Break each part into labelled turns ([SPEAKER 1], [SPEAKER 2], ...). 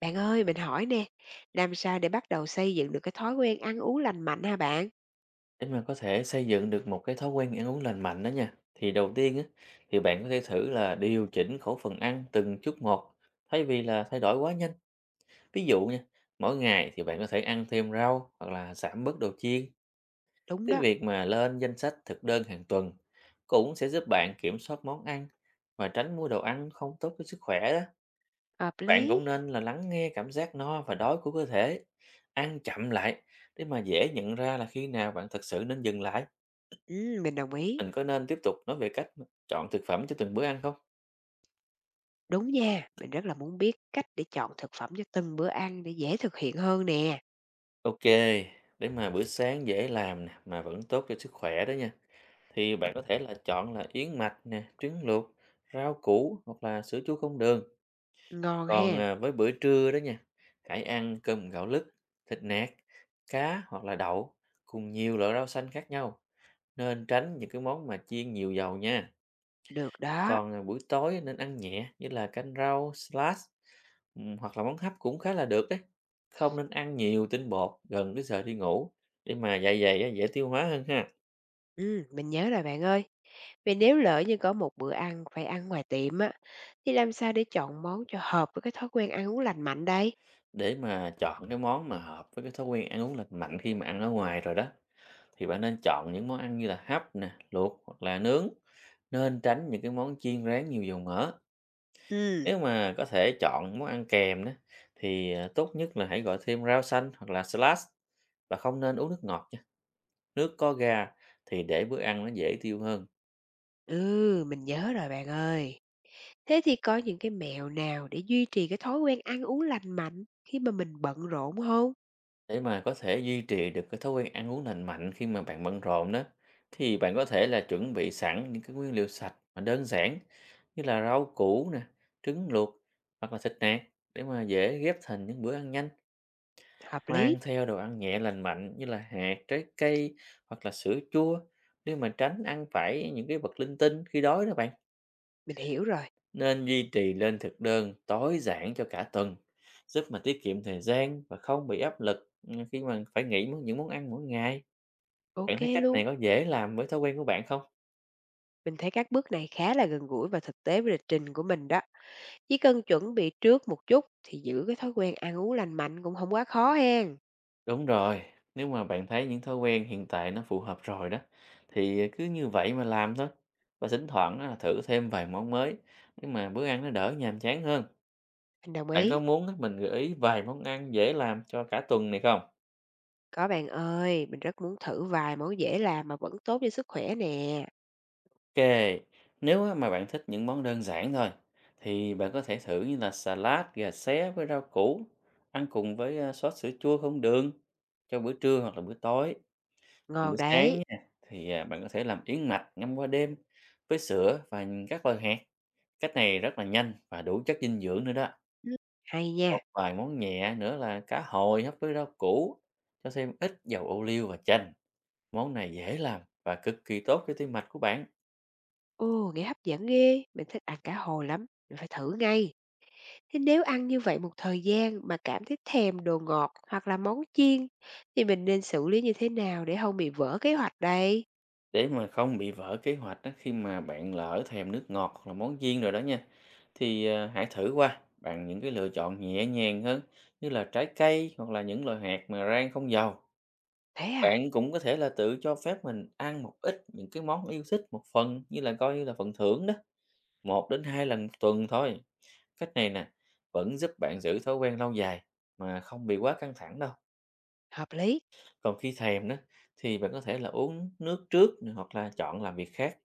[SPEAKER 1] Bạn ơi, mình hỏi nè, làm sao để bắt đầu xây dựng được cái thói quen ăn uống lành mạnh ha bạn?
[SPEAKER 2] Để mà có thể xây dựng được một cái thói quen ăn uống lành mạnh đó nha, thì đầu tiên á, thì bạn có thể thử là điều chỉnh khẩu phần ăn từng chút một thay vì là thay đổi quá nhanh. Ví dụ nha, mỗi ngày thì bạn có thể ăn thêm rau hoặc là giảm bớt đồ chiên.
[SPEAKER 1] Đúng
[SPEAKER 2] Cái
[SPEAKER 1] đó.
[SPEAKER 2] việc mà lên danh sách thực đơn hàng tuần cũng sẽ giúp bạn kiểm soát món ăn và tránh mua đồ ăn không tốt với sức khỏe đó.
[SPEAKER 1] Hợp
[SPEAKER 2] Bạn
[SPEAKER 1] lý.
[SPEAKER 2] cũng nên là lắng nghe cảm giác no và đói của cơ thể, ăn chậm lại để mà dễ nhận ra là khi nào bạn thật sự nên dừng lại.
[SPEAKER 1] Ừ, mình đồng ý.
[SPEAKER 2] Mình có nên tiếp tục nói về cách chọn thực phẩm cho từng bữa ăn không?
[SPEAKER 1] Đúng nha, mình rất là muốn biết cách để chọn thực phẩm cho từng bữa ăn để dễ thực hiện hơn nè.
[SPEAKER 2] Ok, để mà bữa sáng dễ làm nè, mà vẫn tốt cho sức khỏe đó nha. Thì bạn có thể là chọn là yến mạch nè, trứng luộc, rau củ hoặc là sữa chua không đường.
[SPEAKER 1] Ngon ha,
[SPEAKER 2] Còn à, với bữa trưa đó nha, hãy ăn cơm gạo lứt, thịt nạc, cá hoặc là đậu cùng nhiều loại rau xanh khác nhau. Nên tránh những cái món mà chiên nhiều dầu nha.
[SPEAKER 1] được đó.
[SPEAKER 2] Còn, à, buổi tối nên ăn nhẹ như là canh rau, salad, hoặc là món hấp cũng khá là được đấy. Không nên ăn nhiều tinh bột gần cái giờ đi ngủ để mà dạ dày á dễ tiêu hóa hơn ha.
[SPEAKER 1] Ừ, mình nhớ rồi bạn ơi. Vì nếu lỡ như có một bữa ăn phải ăn ngoài tiệm á, thì làm sao để chọn món cho hợp với cái thói quen ăn uống lành mạnh đây?
[SPEAKER 2] Để mà chọn cái món mà hợp với cái thói quen ăn uống lành mạnh khi mà ăn ở ngoài rồi đó, thì bạn nên chọn những món ăn như là hấp nè, luộc hoặc là nướng, nên tránh những cái món chiên rán nhiều dầu mỡ.
[SPEAKER 1] Ừ,
[SPEAKER 2] Nếu mà có thể chọn món ăn kèm đó thì, à, tốt nhất là hãy gọi thêm rau xanh hoặc là salad và không nên uống nước ngọt, nước có ga thì để bữa ăn nó dễ tiêu hơn.
[SPEAKER 1] ừ, mình nhớ rồi bạn ơi. Thế thì có những cái mẹo nào để duy trì cái thói quen ăn uống lành mạnh khi mà mình bận rộn không?
[SPEAKER 2] Để mà có thể duy trì được cái thói quen ăn uống lành mạnh khi mà bạn bận rộn đó, thì bạn có thể là chuẩn bị sẵn những cái nguyên liệu sạch mà đơn giản như là rau củ nè, trứng luộc hoặc là thịt nạc để mà dễ ghép thành những bữa ăn nhanh.
[SPEAKER 1] Hợp lý,
[SPEAKER 2] Mang theo đồ ăn nhẹ lành mạnh như là hạt, trái cây hoặc là sữa chua để mà tránh ăn phải những cái vật linh tinh khi đói đó bạn.
[SPEAKER 1] mình hiểu rồi,
[SPEAKER 2] Nên duy trì lên thực đơn tối giản cho cả tuần, giúp mà tiết kiệm thời gian và không bị áp lực khi mà phải nghĩ những món ăn mỗi ngày. Bạn
[SPEAKER 1] ok
[SPEAKER 2] thấy cách
[SPEAKER 1] luôn.
[SPEAKER 2] này có dễ làm với thói quen của bạn không?
[SPEAKER 1] Mình thấy các bước này khá là gần gũi và thực tế với lịch trình của mình đó. Chỉ cần chuẩn bị trước một chút thì giữ cái thói quen ăn uống lành mạnh cũng không quá khó hen.
[SPEAKER 2] Đúng rồi, nếu mà bạn thấy những thói quen hiện tại nó phù hợp rồi đó, thì cứ như vậy mà làm thôi. Và thỉnh thoảng á, là thử thêm vài món mới, nhưng mà bữa ăn nó đỡ nhàm chán hơn.
[SPEAKER 1] Mình đồng
[SPEAKER 2] Bạn có
[SPEAKER 1] ý.
[SPEAKER 2] muốn á, mình gợi ý vài món ăn dễ làm cho cả tuần này không?
[SPEAKER 1] Có bạn ơi, mình rất muốn thử vài món dễ làm mà vẫn tốt cho sức khỏe nè.
[SPEAKER 2] Ok, nếu á, mà bạn thích những món đơn giản thôi thì bạn có thể thử như là salad gà xé với rau củ ăn cùng với à, sốt sữa chua không đường cho bữa trưa hoặc là bữa tối. Còn bữa
[SPEAKER 1] Ngon
[SPEAKER 2] sáng
[SPEAKER 1] đấy.
[SPEAKER 2] nha, thì à, bạn có thể làm yến mạch ngâm qua đêm với sữa và các loại hạt. Cách này rất là nhanh và đủ chất dinh dưỡng nữa đó.
[SPEAKER 1] Ừm. Hay
[SPEAKER 2] Một
[SPEAKER 1] nha.
[SPEAKER 2] vài món nhẹ nữa là cá hồi hấp với rau củ, cho thêm ít dầu ô liu và chanh. Món này dễ làm và cực kỳ tốt cho tim mạch của bạn.
[SPEAKER 1] Ồ, nghe hấp dẫn ghê, mình thích ăn cá hồi lắm, mình phải thử ngay. Thế nếu ăn như vậy một thời gian mà cảm thấy thèm đồ ngọt hoặc là món chiên thì mình nên xử lý như thế nào để không bị vỡ kế hoạch đây?
[SPEAKER 2] Để mà không bị vỡ kế hoạch á, khi mà bạn lỡ thèm nước ngọt hoặc là món chiên rồi đó nha, thì à, hãy thử qua bằng những cái lựa chọn nhẹ nhàng hơn như là trái cây hoặc là những loại hạt mà rang không dầu.
[SPEAKER 1] Thế à,
[SPEAKER 2] Bạn cũng có thể là tự cho phép mình ăn một ít những cái món yêu thích một phần, như là coi như là phần thưởng đó, một đến hai lần một tuần thôi. Cách này nè, vẫn giúp bạn giữ thói quen lâu dài mà không bị quá căng thẳng đâu.
[SPEAKER 1] hợp lý.
[SPEAKER 2] Còn khi thèm đó thì bạn có thể là uống nước trước nè, hoặc là chọn làm việc khác,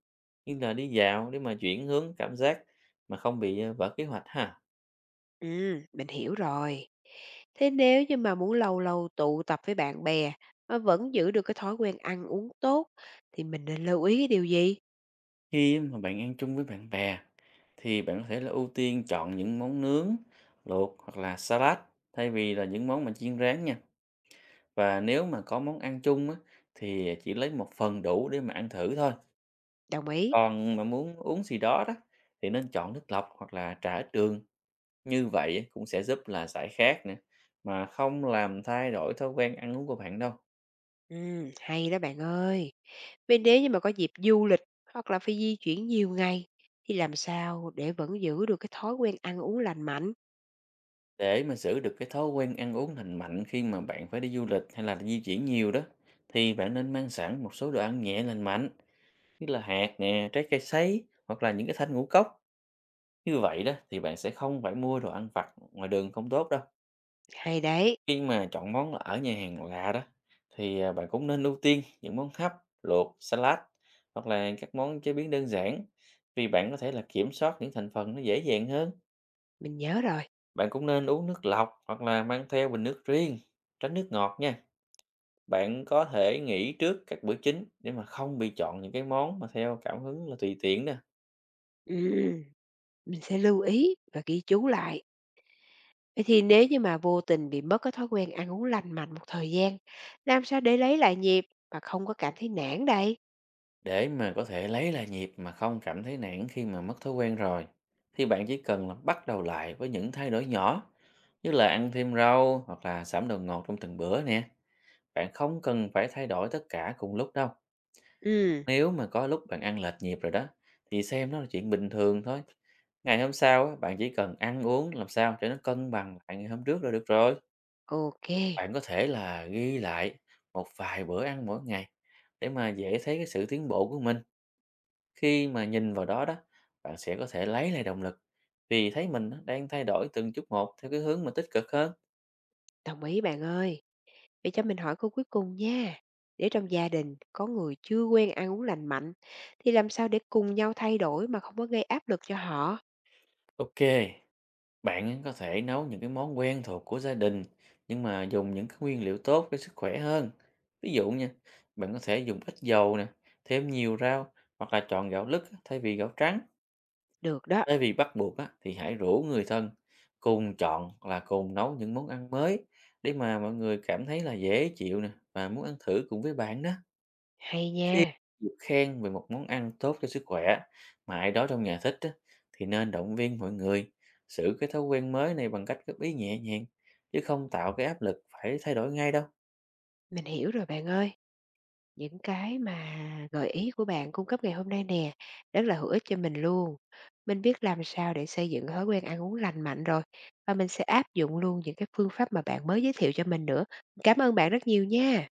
[SPEAKER 2] như là đi dạo để mà chuyển hướng cảm giác mà không bị vỡ kế hoạch ha.
[SPEAKER 1] Ừ, mình hiểu rồi. Thế nếu như mà muốn lâu lâu tụ tập với bạn bè mà vẫn giữ được cái thói quen ăn uống tốt thì mình nên lưu ý cái điều gì?
[SPEAKER 2] Khi mà bạn ăn chung với bạn bè thì bạn có thể là ưu tiên chọn những món nướng, luộc hoặc là salad thay vì là những món mà chiên rán nha. Và nếu mà có món ăn chung á, thì chỉ lấy một phần đủ để mà ăn thử thôi.
[SPEAKER 1] Đồng ý.
[SPEAKER 2] Còn mà muốn uống gì đó đó thì nên chọn nước lọc hoặc là trà ít đường. Như vậy cũng sẽ giúp là giải khát nè, mà không làm thay đổi thói quen ăn uống của bạn đâu.
[SPEAKER 1] Ừ, hay đó bạn ơi. Vì nếu như mà có dịp du lịch hoặc là phải di chuyển nhiều ngày thì làm sao để vẫn giữ được cái thói quen ăn uống lành mạnh?
[SPEAKER 2] Để mà giữ được cái thói quen ăn uống lành mạnh khi mà bạn phải đi du lịch hay là di chuyển nhiều đó, thì bạn nên mang sẵn một số đồ ăn nhẹ lành mạnh, như là hạt nè, trái cây sấy hoặc là những cái thanh ngũ cốc. Như vậy đó thì bạn sẽ không phải mua đồ ăn vặt ngoài đường không tốt đâu.
[SPEAKER 1] Hay đấy.
[SPEAKER 2] Khi mà chọn món ở nhà hàng lạ đó thì à, bạn cũng nên ưu tiên những món hấp, luộc, salad hoặc là các món chế biến đơn giản vì bạn có thể là kiểm soát những thành phần nó dễ dàng hơn.
[SPEAKER 1] Mình nhớ rồi.
[SPEAKER 2] Bạn cũng nên uống nước lọc hoặc là mang theo bình nước riêng, tránh nước ngọt nha. Bạn có thể nghỉ trước các bữa chính để mà không bị chọn những cái món mà theo cảm hứng là tùy tiện nè.
[SPEAKER 1] Ừm, mình sẽ lưu ý và ghi chú lại. Vậy thì nếu như mà vô tình bị mất cái thói quen ăn uống lành mạnh một thời gian, làm sao để lấy lại nhịp mà không có cảm thấy nản đây?
[SPEAKER 2] Để mà có thể lấy lại nhịp mà không cảm thấy nản khi mà mất thói quen rồi, thì bạn chỉ cần là bắt đầu lại với những thay đổi nhỏ, như là ăn thêm rau hoặc là giảm đồ ngọt trong từng bữa nè. Bạn không cần phải thay đổi tất cả cùng lúc đâu.
[SPEAKER 1] Ừ,
[SPEAKER 2] Nếu mà có lúc bạn ăn lệch nhịp rồi đó, thì xem nó là chuyện bình thường thôi. Ngày hôm sau, á, bạn chỉ cần ăn uống làm sao cho nó cân bằng lại ngày hôm trước là được rồi.
[SPEAKER 1] ok,
[SPEAKER 2] Bạn có thể là ghi lại một vài bữa ăn mỗi ngày để mà dễ thấy cái sự tiến bộ của mình, khi mà nhìn vào đó đó, bạn sẽ có thể lấy lại động lực vì thấy mình á, đang thay đổi từng chút một theo cái hướng mà tích cực hơn.
[SPEAKER 1] đồng ý bạn ơi. Vậy cho mình hỏi câu cuối cùng nha. Nếu trong gia đình có người chưa quen ăn uống lành mạnh, thì làm sao để cùng nhau thay đổi mà không có gây áp lực cho họ?
[SPEAKER 2] Ok, bạn á, có thể nấu những cái món quen thuộc của gia đình nhưng mà dùng những cái nguyên liệu tốt cho sức khỏe hơn. Ví dụ nha, bạn có thể dùng ít dầu nè, thêm nhiều rau hoặc là chọn gạo lứt á, thay vì gạo trắng.
[SPEAKER 1] Được đó,
[SPEAKER 2] Thay vì bắt buộc á, thì hãy rủ người thân cùng chọn hoặc là cùng nấu những món ăn mới để mà mọi người cảm thấy là dễ chịu nè và muốn ăn thử cùng với bạn đó.
[SPEAKER 1] hay
[SPEAKER 2] Khi
[SPEAKER 1] nha.
[SPEAKER 2] được khen về một món ăn tốt cho sức khỏe mà ai đó trong nhà thích á, thì nên động viên mọi người giữ cái thói quen mới này bằng cách góp ý nhẹ nhàng chứ không tạo cái áp lực phải thay đổi ngay đâu.
[SPEAKER 1] Mình hiểu rồi bạn ơi. Những cái mà gợi ý của bạn cung cấp ngày hôm nay nè, rất là hữu ích cho mình luôn. Mình biết làm sao để xây dựng thói quen ăn uống lành mạnh rồi, và mình sẽ áp dụng luôn những cái phương pháp mà bạn mới giới thiệu cho mình nữa. Cảm ơn bạn rất nhiều nha.